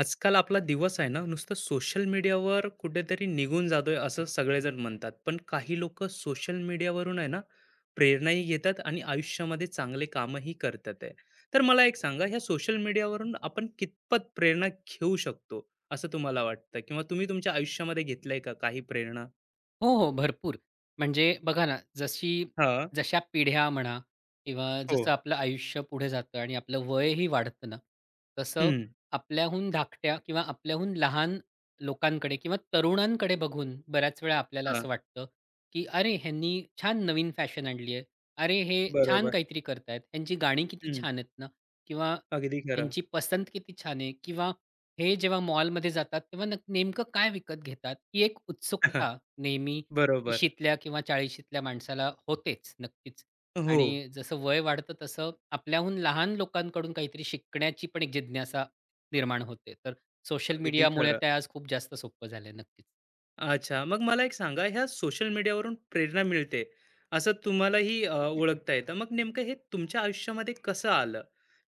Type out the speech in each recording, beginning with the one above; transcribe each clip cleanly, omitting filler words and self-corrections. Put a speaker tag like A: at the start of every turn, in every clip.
A: आजकाल आपला दिवस आहे ना नुसतं सोशल मीडियावर कुठेतरी निघून जातोय असं सगळेजण म्हणतात, पण काही लोक सोशल मीडियावरून आहे ना प्रेरणाही घेतात आणि आयुष्यामध्ये चांगले कामही करतात आहे. तर मला एक सांगा, ह्या सोशल मीडियावरून आपण कितपत प्रेरणा घेऊ शकतो असं तुम्हाला वाटतं? किंवा तुम्ही तुमच्या आयुष्यामध्ये घेतलंय का काही प्रेरणा?
B: हो, हो. भरपूर. म्हणजे बघा ना, जशी
A: हा.
B: जशा पिढ्या म्हणा किंवा
A: हो.
B: जसं आपलं आयुष्य पुढे जातं आणि आपलं वयही वाढतं ना, तसं
A: हम्म.
B: आपल्याहून धाकट्या किंवा आपल्याहून लहान लोकांकडे किंवा तरुणांकडे बघून बऱ्याच वेळा आपल्याला
A: हा.
B: असं वाटतं, की "अरे, ह्यांनी छान नवीन फॅशन आणली आहे. अरे, हे छान
A: बरोबर.
B: काहीतरी करतायत. ह्यांची गाणी किती
A: हम्म.
B: छान आहेत ना" किंवा
A: अगदी खरं.
B: "ह्यांची पसंत किती छान आहे" किंवा हे जेव्हा मॉलमध्ये जातात, तेव्हा नेमकं काय विकत घेतात? ही एक उत्सुकता नेहमी
A: बरोबर.
B: 30ल्या किंवा 40ल्या माणसाला होतेच नक्कीच.
A: हो.
B: आणि जसं वय वाढतं तसं आपल्याहून लहान लोकांकडून काहीतरी शिकण्याची पण एक जिज्ञासा निर्माण होते. तर सोशल
A: अगदी
B: मीडियामुळे
A: खरं.
B: ते आज खूप जास्त सोपं झालंय नक्कीच.
A: अच्छा. मग मला एक सांगा, ह्या सोशल मीडियावरून प्रेरणा मिळते, असं तुम्हालाही ओळखता येतं. मग नेमकं हे तुमच्या आयुष्यामध्ये कसं आलं?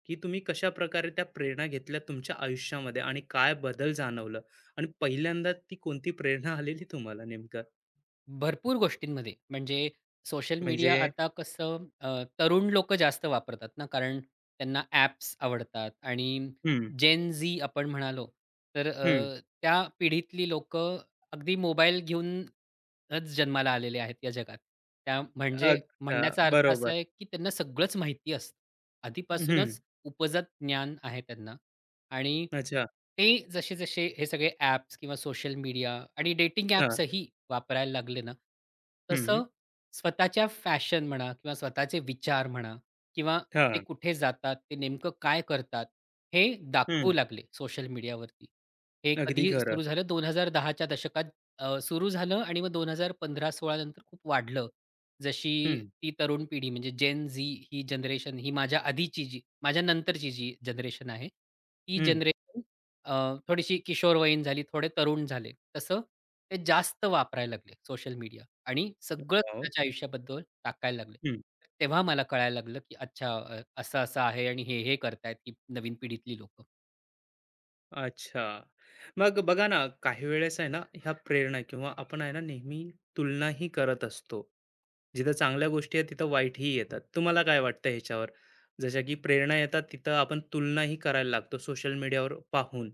A: की तुम्ही कशाप्रकारे त्या प्रेरणा घेतल्या तुमच्या आयुष्यामध्ये आणि काय बदल जाणवलं? आणि पहिल्यांदा ती कोणती प्रेरणा आलेली तुम्हाला नेमकं?
B: भरपूर गोष्टींमध्ये. म्हणजे सोशल
A: म्हणजे.
B: मीडिया आता कसं तरुण लोक जास्त वापरतात ना, कारण त्यांना ॲप्स आवडतात आणि
A: हं.
B: जेन झी आपण म्हणालो, तर
A: हं.
B: त्या पिढीतली लोक अगदी मोबाईल घेऊनच जन्माला आलेले आहेत या जगात. म्हणजे
A: अच्छा.
B: म्हणण्याचा अर्थ असा
A: बरोबर.
B: आहे, की त्यांना सगळंच माहिती असतं.
A: हं.
B: आधीपासूनच उपजत ज्ञान आहे त्यांना. आणि
A: अच्छा.
B: ते जसे-जसे हे सगळे ॲप्स किंवा सोशल मीडिया आणि डेटिंग
A: हां.
B: ॲप्सही वापरायला लागले ना,
A: हं.
B: तसं स्वतःच्या फॅशन म्हणा किंवा स्वतःचे विचार म्हणा किंवा ते
A: हां.
B: कुठे जातात, ते नेमकं काय करतात, हे दाखवू
A: हं.
B: लागले सोशल मीडियावरती. हे
A: अगदी
B: कधी
A: खरं.
B: सुरू झालं, 2010 च्या दशकात सुरू झालं आणि मग 2015-16 नंतर खूप वाढलं. जशी
A: हं.
B: ती तरुण पिढी म्हणजे जेन झी ही जनरेशन, ही माझ्या नंतरची जी जनरेशन आहे, ही
A: हं.
B: जनरेशन अ, थोडीशी किशोरवयीन झाली, थोडे तरुण झाले. तसं ते जास्त वापरायला लागले सोशल मीडिया आणि सगळं
A: वॉव!
B: स्वतःच्या आयुष्याबद्दल टाकायला लागले. तेव्हा मला कळायला लागलं, की अच्छा, असं-असं आहे आणि हे-हे करतायत ही नवीन पिढीतली लोकं.
A: अच्छा. मग बघा ना, काही वेळेस आहे ना, ह्या प्रेरणा किंवा आपण आहे ना, नेहमी तुलनाही करत असतो. जिथं चांगल्या गोष्टी आहेत, तिथं वाईटही येतात. तुम्हाला काय वाटतं ह्याच्यावर? जशा की प्रेरणा येतात, तिथं आपण तुलनाही करायला लागतो सोशल मीडियावर पाहून.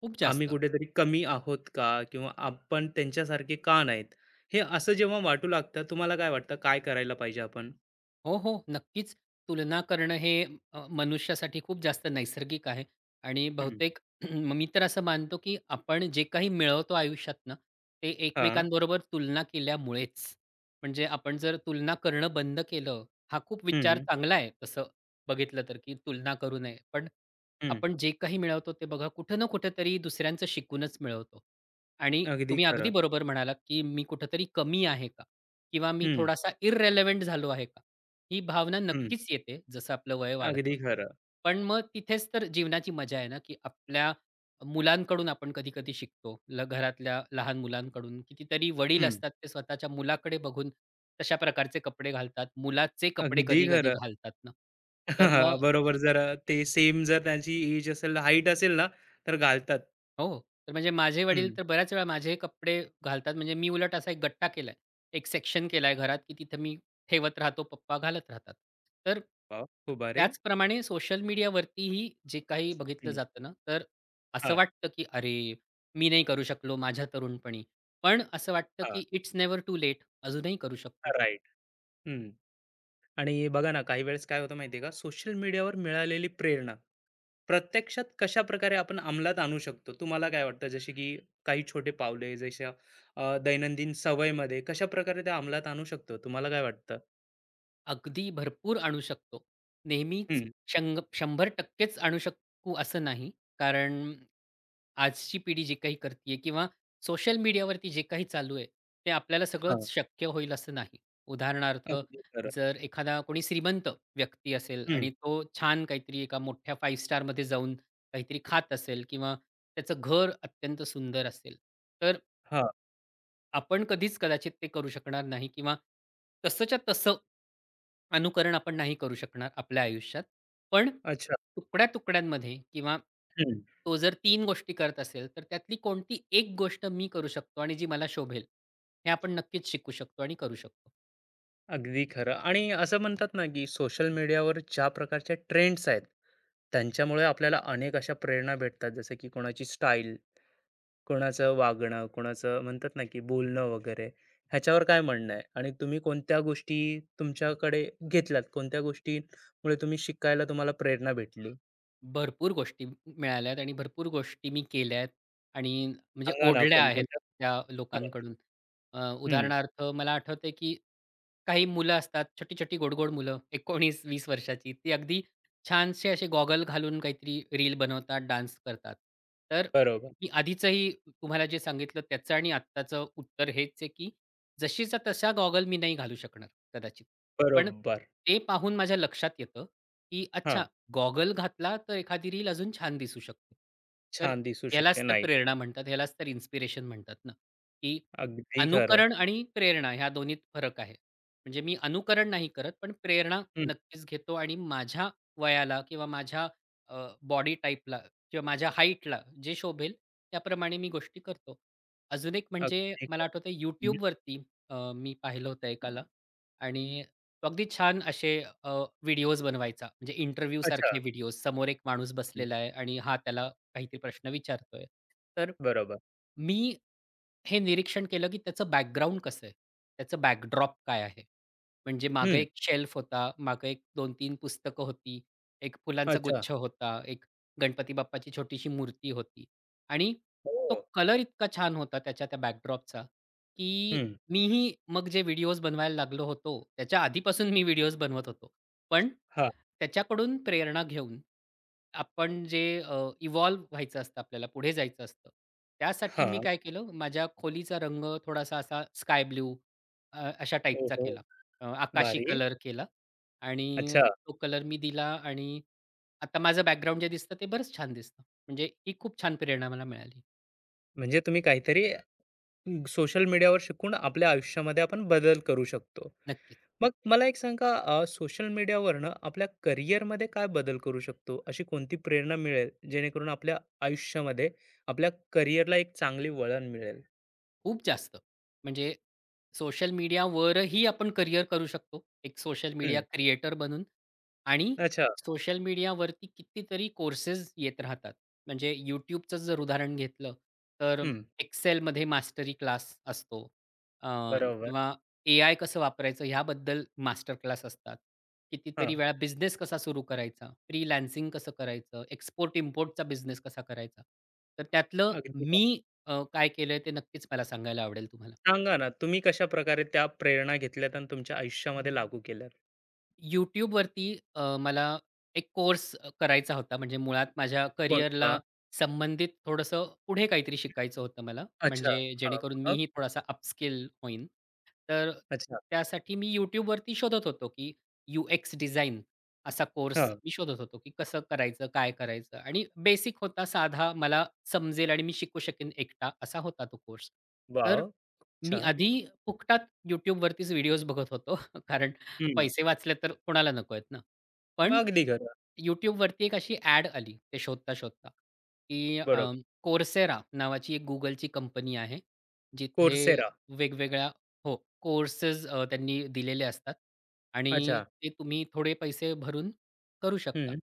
B: खूप
A: आम्ही
B: जास्त.
A: कुठेतरी कमी आहोत का? किंवा आपण त्यांच्यासारखे का नाहीत? हे असं जेव्हा वाटू लागतं, तुम्हाला काय वाटतं, काय करायला पाहिजे आपण?
B: हो, हो. नक्कीच. तुलना करणं हे मनुष्यासाठी खूप जास्त नैसर्गिक आहे आणि
A: हं.
B: बहुतेक मी तर असं मानतो, की आपण जे काही मिळवतो आयुष्यात ना, ते
A: हां.
B: एकमेकांबरोबर तुलना केल्यामुळेच. म्हणजे आपण जर तुलना करणं बंद केलं, हा खूप विचार
A: हं.
B: चांगला आहे तसं बघितलं तर, की तुलना करू नये. पण
A: हं.
B: आपण जे काही मिळवतो ते बघा कुठं ना कुठेतरी दुसऱ्यांचं शिकूनच मिळवतो. आणि
A: अगदी
B: तुम्ही अगदी
A: खरं.
B: बरोबर म्हणालात, की मी कुठेतरी कमी आहे का? किंवा मी
A: हं.
B: थोडासा इररिलेव्हंट झालो आहे का? ही भावना
A: हं.
B: नक्कीच येते, जसं आपलं वय वाढतं.
A: अगदी खरं.
B: पण मग तिथेच तर जीवनाची मजा आहे ना, की आपल्या मुलांकडून आपण कधी-कधी शिकतो. घरातल्या लहान मुलांकडून कितीतरी वडील
A: हं.
B: असतात, ते स्वतःच्या मुलाकडे बघून तशा प्रकारचे कपडे घालतात. मुलाचे कपडे
A: अगदी
B: कधी-कधी
A: खरं.
B: घालतात ना. तर मग
A: बरोबर. जर ते सेम जर त्यांची एज असेल, हाईट असेल ना, तर घालतात.
B: हो. तर म्हणजे माझे
A: हं.
B: वडील तर बऱ्याच वेळा माझे कपडे घालतात. म्हणजे मी उलट असा एक गट्टा केलाय. एक सेक्शन केलाय घरात, की तिथे मी ठेवत राहतो. पप्पा घालत राहतात. तर
A: वाह! खूप भारी.
B: त्याचप्रमाणे सोशल मीडियावरतीही जे काही बघितलं
A: हं.
B: जातं ना, तर असं
A: हां.
B: वाटतं, की "अरे, मी नाही करू शकलो माझ्या तरुणपणी." पण असं वाटतं,
A: हां.
B: की इट्स नेव्हर टू लेट. अजूनही करू शकतो.
A: राइट. हं. आणि बघा ना, काही वेळेस काय होतं माहिती आहे का, सोशल मीडियावर मिळालेली प्रेरणा प्रत्यक्षात कशाप्रकारे आपण अंमलात आणू शकतो? तुम्हाला काय वाटतं? जसे की काही छोटे पावले, जशा दैनंदिन सवयीमध्ये कशाप्रकारे त्या अंमलात आणू शकतो? तुम्हाला काय वाटतं?
B: अगदी भरपूर आणू शकतो. नेहमीच
A: हं.
B: 100% आणू शकू असं नाही. कारण आजची पिढी जे काही करतीये किंवा सोशल मीडियावरती जे काही चालू आहे, ते आपल्याला सगळंच
A: हां.
B: शक्य होईल असं नाही. उदाहरणार्थ,
A: अगदी खरं.
B: जर एखादा कोणी श्रीमंत व्यक्ती असेल
A: हं.
B: आणि तो छान काहीतरी एका मोठ्या 5 स्टारमध्ये जाऊन काहीतरी खात असेल किंवा त्याचं घर अत्यंत सुंदर असेल, तर
A: हां.
B: आपण कधीच कदाचित ते करू शकणार नाही किंवा तसंच्या तसं अनुकरण आपण नाही करू शकणार आपल्या आयुष्यात. पण
A: अच्छा.
B: तुकड्या-तुकड्यांमध्ये किंवा तो जर 3 गोष्टी करत असेल, तर त्यातली कोणती एक गोष्ट मी करू शकतो आणि जी मला शोभेल, हे आपण नक्कीच शिकू शकतो आणि करू शकतो.
A: अगदी खरं आणि असं म्हणतात ना, की सोशल मीडियावर ज्या प्रकारच्या ट्रेंड्स आहेत, त्यांच्यामुळे आपल्याला अनेक अशा प्रेरणा भेटतात. जसं की कोणाची स्टाईल, कोणाचं वागणं, कोणाचं म्हणतात ना, की बोलणं वगैरे. ह्याच्यावर काय म्हणणं आहे? आणि तुम्ही कोणत्या गोष्टी तुमच्याकडे घेतल्यात? कोणत्या गोष्टीमुळे तुम्ही शिकायला तुम्हाला प्रेरणा भेटली?
B: भरपूर गोष्टी मिळाल्यात आणि भरपूर गोष्टी मी केल्या आहेत आणि म्हणजे
A: सांगा ना
B: ओढल्या आहेत
A: कोणकोणत्या?
B: त्या
A: हां.
B: लोकांकडून.
A: हं.
B: उदाहरणार्थ मला आठवतंय की काही मुलं असतात, छोटी-छोटी, गोडगोड गोड मुलं 19-20 वर्षाची. ती अगदी छानसे असे गॉगल घालून काहीतरी रील बनवतात, डान्स करतात. तर
A: बरोबर.
B: मी आधीचंही तुम्हाला जे सांगितलं त्याचं आणि आत्ताचं उत्तर हेच आहे, की जशीचा तसा गॉगल मी नाही घालू शकणार कदाचित. पण
A: बरोबर.
B: ते पाहून माझ्या लक्षात येतं, की
A: हां.
B: अच्छा, गॉगल घातला तर एखादी रील अजून छान दिसू शकते. तर
A: छान दिसू शकते.
B: यालाच तर
A: नाही.
B: प्रेरणा म्हणतात, यालाच तर इन्स्पिरेशन म्हणतात ना, की
A: अगदी खरं.
B: अनुकरण आणि प्रेरणा ह्या दोन्हीत फरक आहे. म्हणजे मी अनुकरण नाही करत, पण प्रेरणा
A: हं.
B: नक्कीच घेतो आणि माझ्या वयाला किंवा माझ्या अ, बॉडी टाइपला किंवा माझ्या हाईटला जे शोभेल त्याप्रमाणे मी गोष्टी करतो. अजून एक म्हणजे
A: अगदी खरं.
B: मला आठवतंय,
A: हं.
B: YouTubeवरती मी पाहिलं होतं एकाला आणि तो अगदी छान असे व्हिडिओज बनवायचा. म्हणजे इंटरव्ह्यू
A: अच्छा.
B: सारखे व्हिडिओज. समोर एक माणूस
A: हं.
B: बसलेला आहे आणि हा त्याला काहीतरी प्रश्न विचारतोय. तर
A: बरोबर.
B: मी हे निरीक्षण केलं, की त्याचं बॅकग्राऊंड कसं आहे? त्याचं बॅकड्रॉप काय आहे? म्हणजे मागे
A: हं.
B: एक शेल्फ होता, मागे एक 2 तीन पुस्तकं होती, एक फुलांचा
A: अच्छा.
B: गुच्छ होता, एक गणपती बाप्पाची छोटीशी मूर्ती होती आणि तो
A: हो.
B: कलर इतका छान होता त्याच्या त्या बॅकड्रॉपचा, की
A: हं.
B: मीही मग जे व्हिडिओज बनवायला लागलो होतो, त्याच्या आधीपासून मी व्हिडिओज बनवत होतो. पण
A: हां.
B: त्याच्याकडून प्रेरणा घेऊन आपण जे इव्हॉल्व व्हायचं असतं आपल्याला, पुढे जायचं असतं. त्यासाठी मी
A: हां.
B: काय केलं, माझ्या खोलीचा रंग थोडासा असा स्काय ब्लू अशा टाईपचा
A: ओहो!
B: केला. आकाशी
A: भारी.
B: कलर केला
A: अच्छा.
B: आणि तो कलर मी दिला आणि आता माझं बॅकग्राऊंड जे दिसतं ते बरंच छान दिसतं. म्हणजे ही खूप छान प्रेरणा मला मिळाली.
A: म्हणजे तुम्ही काहीतरी सोशल मीडियावर शिकून आपल्या आयुष्यामध्ये आपण बदल करू शकतो.
B: नक्कीच.
A: मग मला एक सांगा सोशल मीडियावरनं आपल्या करिअरमध्ये काय बदल करू शकतो? अशी कोणती प्रेरणा मिळेल जेणेकरून आपल्या आयुष्यामध्ये आपल्या करिअरला एक चांगली वळण मिळेल?
B: खूप जास्त. म्हणजे सोशल मीडियावरही आपण करियर करू शकतो, एक सोशल मीडिया
A: हं.
B: क्रिएटर बनून. आणि
A: अच्छा.
B: सोशल मीडियावरती कितीतरी कोर्सेस येत राहतात. म्हणजे YouTubeचंच जर उदाहरण घेतलं, तर
A: हं.
B: Excelमध्ये मास्टरी क्लास असतो अ,
A: बरोबर.
B: किंवा एआय कसं वापरायचं ह्याबद्दल मास्टर क्लास असतात. कितीतरी
A: हां.
B: वेळा बिझनेस कसा सुरू करायचा, फ्रीलान्सिंग कसं करायचं, एक्सपोर्ट-इम्पोर्टचा बिझनेस कसा करायचा. तर त्यातलं
A: अगदी
B: मी
A: खरं.
B: काय केलंय ते नक्कीच मला सांगायला आवडेल तुम्हाला.
A: सांगा ना, तुम्ही कशाप्रकारे त्या प्रेरणा घेतल्यात आणि तुमच्या आयुष्यामध्ये लागू केल्यात?
B: YouTubeवरती मला एक कोर्स करायचा होता. म्हणजे मुळात माझ्या
A: कोणता?
B: करिअरला संबंधित थोडंसं पुढे काहीतरी शिकायचं होतं मला.
A: अच्छा.
B: म्हणजे
A: हां.
B: जेणेकरून
A: मग?
B: मीही थोडासा अपस्किल होईन. तर
A: अच्छा.
B: त्यासाठी मी YouTubeवरती शोधत होतो, की यू-एक्स डिझाइन असा कोर्स
A: हां.
B: मी शोधत होतो, की कसं करायचं, काय करायचं? आणि बेसिक होता, साधा मला समजेल आणि मी शिकू शकेन एकटा असा होता तो कोर्स.
A: वाह!
B: तर
A: खूप
B: मी
A: छान.
B: आधी फुकटात YouTubeवरतीच व्हिडिओज बघत होतो. कारण
A: हं.
B: पैसे वाचले तर कोणाला नको आहेत ना. पण
A: अगदी खरं.
B: YouTubeवरती एक अशी ॲड आली ते शोधता-शोधता, की
A: बरोबर.
B: Coursera नावाची एक Googleची कंपनी आहे. जिथे
A: Coursera.
B: वेगवेगळ्या, हो, कोर्सेस त्यांनी दिलेले असतात आणि
A: अच्छा.
B: ते तुम्ही थोडे पैसे भरून करू शकता.
A: हं.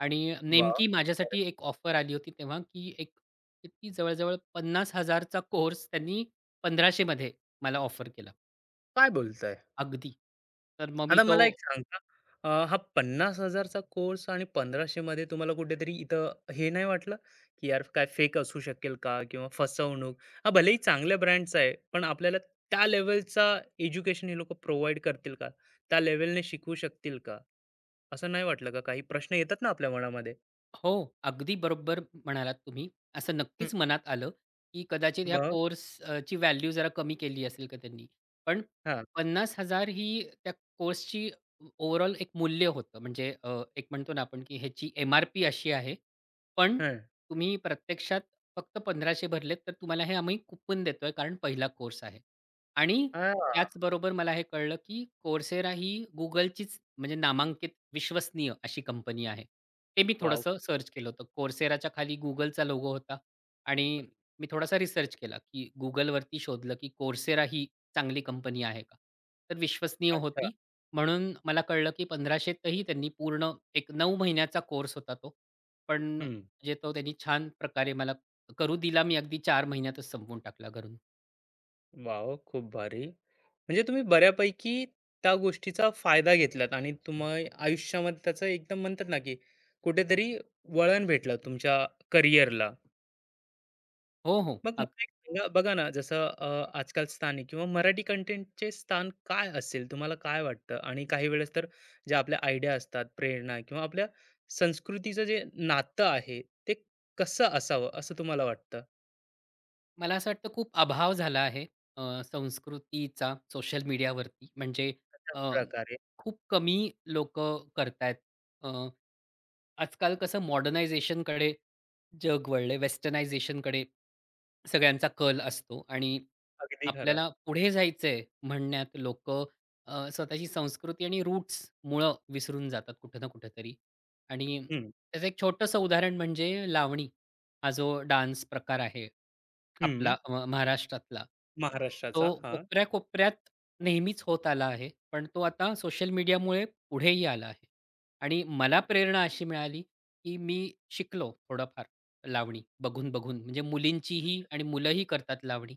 B: आणि
A: वाव.
B: नेमकी
A: बरं.
B: माझ्यासाठी एक ऑफर आली होती तेव्हा, की एक किती जवळ-जवळ 50,000 कोर्स त्यांनी 1,500 मला ऑफर केला.
A: काय बोलताय?
B: अगदी. तर मग मी
A: आता
B: तो
A: मला एक सांगा, हा 50,000 चा कोर्स आणि 1,500 मध्ये तुम्हाला कुठेतरी इथं हे नाही वाटलं, की यार काय फेक असू शकेल का? किंवा फसवणूक. हा भलेही चांगल्या ब्रँडचा आहे, पण आपल्याला त्या लेव्हलचा एज्युकेशन हे लोकं प्रोव्हाईड करतील का? त्या लेव्हलने शिकवू शकतील का? असं नाही वाटलं का? काही प्रश्न येतात ना आपल्या मनामध्ये.
B: हो, अगदी बरोबर म्हणालात तुम्ही. असं
A: हं.
B: नक्कीच मनात आलं, की कदाचित ह्या
A: मग?
B: कोर्स ची व्हॅल्यू जरा कमी केली असेल का त्यांनी. पण
A: हां.
B: पन्नास हजार ही त्या कोर्सची ओव्हरऑल एक मूल्य होतं. म्हणजे एक म्हणतो ना आपण, की ह्याची एम-आर-पी अशी आहे. पण
A: हं.
B: तुम्ही प्रत्यक्षात फक्त 1,500 भरलेत, तर तुम्हाला हे आम्ही कूपन देतोय कारण पहिला कोर्स आहे. आणि
A: हां.
B: त्याचबरोबर मला हे कळलं, की Coursera ही Googleचीच म्हणजे नामांकित विश्वसनीय अशी कंपनी आहे. ते मी
A: वॉव!
B: थोडंसं सर्च केलं होतं. Courseraच्या खाली Googleचा लोगो होता आणि मी थोडासा रिसर्च केला, की Googleवरती शोधलं, की Coursera ही चांगली कंपनी आहे का? तर विश्वसनीय
A: अच्छा.
B: होती. म्हणून मला कळलं, की 1,500, त्यांनी पूर्ण एक 9 महिन्याचा कोर्स होता तो. पण
A: हं.
B: म्हणजे तो त्यांनी छान प्रकारे मला करू दिला. मी अगदी 4 महिन्यातच संपवून टाकला घरून.
A: वॉव! खूप भारी. म्हणजे तुम्ही बऱ्यापैकी त्या गोष्टीचा फायदा घेतलात आणि तुम्हा आयुष्यामध्ये त्याचं एकदम म्हणतात ना, की कुठेतरी वळण भेटलं तुमच्या करिअरला.
B: हो, हो.
A: मग मला एक सांगा, बघा ना, जसं आजकाल स्थानिक किंवा मराठी कंटेंटचे स्थान काय असेल? तुम्हाला काय वाटतं? आणि काही वेळेस तर ज्या आपल्या आयडिया असतात, प्रेरणा किंवा आपल्या संस्कृतीचं जे नातं आहे, ते कसं असावं असं तुम्हाला वाटतं?
B: मला असं वाटतं खूप अभाव झाला आहे अ, संस्कृतीचा सोशल मीडियावरती. म्हणजे
A: अशा
B: अ,
A: प्रकारे.
B: खूप कमी लोकं करतायत. अ, आजकाल कसं मॉडर्नायझेशनकडे जग वळलंय, वेस्टर्नायझेशनकडे सगळ्यांचा कल असतो आणि
A: अगदी खरं.
B: आपल्याला पुढे जायचंय म्हणण्यात लोक स्वतःची संस्कृती आणि रूट्स, मुळं विसरून जातात कुठं ना कुठेतरी. आणि
A: हं.
B: त्याचं एक छोटंसं उदाहरण म्हणजे लावणी, हा जो डान्स प्रकार आहे
A: हं.
B: आपला, महाराष्ट्रातला. तो
A: महाराष्ट्राचा. हां.
B: कोपऱ्या-कोपऱ्यात नेहमीच होत आला आहे. पण तो आता सोशल मीडियामुळे पुढेही आला आहे. आणि मला प्रेरणा अशी मिळाली, की मी शिकलो थोडंफार लावणी बघून-बघून. म्हणजे मुलींचीही आणि मुलंही करतात लावणी.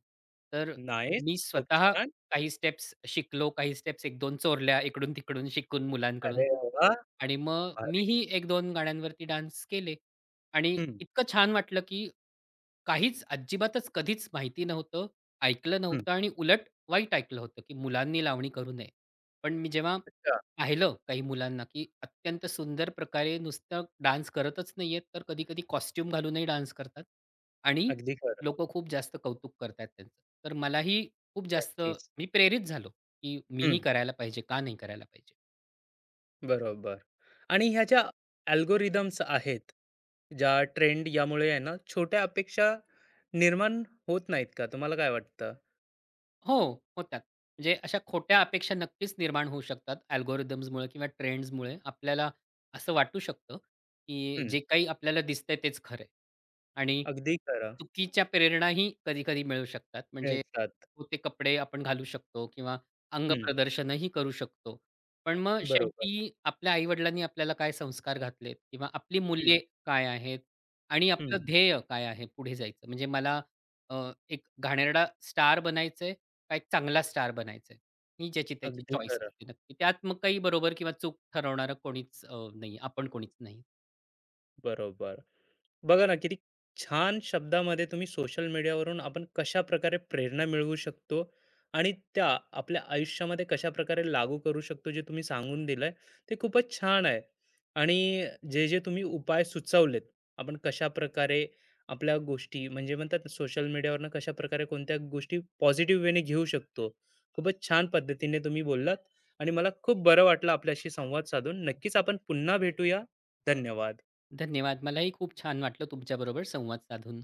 B: तर
A: नाईस.
B: मी
A: खूप
B: स्वतः
A: छान.
B: काही स्टेप्स शिकलो, काही स्टेप्स 1-2 चोरल्या इकडून-तिकडून शिकून मुलांकडून.
A: अरे वाह!
B: आणि मग
A: भारी.
B: मीही 1-2 गाण्यांवरती डान्स केले. आणि
A: हं.
B: इतकं छान वाटलं, की काहीच अजिबातच कधीच माहिती नव्हतं, ऐकलं
A: हं.
B: नव्हतं आणि उलट वाईट ऐकलं होतं, की मुलांनी लावणी करू नये. पण मी जेव्हा
A: अच्छा.
B: पाहिलं काही मुलांना, की अत्यंत सुंदर प्रकारे नुसतं डान्स करतच नाहीयेत, तर कधी-कधी कॉस्ट्यूम घालूनही डान्स करतात आणि
A: अगदी खरं.
B: लोकं खूप जास्त कौतुक करतायत त्यांचं. तर मलाही खूप जास्त
A: नक्कीच.
B: मी प्रेरित झालो, की मीही
A: हं.
B: करायला पाहिजे, का नाही करायला पाहिजे?
A: बरोबर. आणि ह्या ज्या अल्गोरिदम्स आहेत, ज्या ट्रेंड यामुळे आहे ना, छोट्या अपेक्षा निर्माण होत नाहीत का? तुम्हाला काय वाटतं?
B: हो, होतात. म्हणजे अशा खोट्या अपेक्षा नक्कीच निर्माण होऊ शकतात अल्गोरिथम्समुळे किंवा ट्रेंड्समुळे. आपल्याला असं वाटू शकतं, की
A: हं.
B: जे काही आपल्याला दिसतंय तेच खरं आहे. आणि
A: अगदी खरं.
B: चुकीच्या प्रेरणाही कधी-कधी मिळू शकतात. म्हणजे
A: मिळतात.
B: ते कपडे आपण घालू शकतो किंवा
A: हं.
B: अंगप्रदर्शनही करू शकतो. पण मग
A: बरोबर.
B: शेवटी आपल्या आई आपल्याला काय संस्कार घातलेत किंवा आपली
A: हं.
B: मूल्ये काय आहेत आणि
A: हं.
B: आपलं ध्येय काय आहे पुढे जायचं. म्हणजे मला अ, एक घाणेरडा स्टार बनायचंय काय चांगला स्टार बनायचा आहे. ही ज्याची त्याची
A: अगदी
B: चॉईस
A: खरं.
B: असते नक्की. त्यात मग काही बरोबर किंवा चूक ठरवणारं कोणीच नाही. आपण कोणीच नाही.
A: बरोबर. बघा ना, किती छान शब्दामध्ये तुम्ही सोशल मीडियावरून आपण कशा प्रकारे प्रेरणा मिळवू शकतो आणि त्या आपल्या आयुष्यामध्ये कशा प्रकारे लागू करू शकतो जे तुम्ही सांगून दिलंय ते खूपच छान आहे. आणि जे जे तुम्ही उपाय सुचवलेत, आपण कशा प्रकारे आपल्या गोष्टी म्हणजे म्हणतात सोशल मीडियावरनं कशा प्रकारे कोणत्या गोष्टी पॉझिटिव्ह वेने घेऊ शकतो, खूपच छान पद्धतीने तुम्ही बोललात आणि मला खूप बरं वाटलं आपल्याशी संवाद साधून. नक्कीच आपण पुन्हा भेटूया. धन्यवाद.
B: धन्यवाद. मलाही खूप छान वाटलं तुमच्याबरोबर संवाद साधून.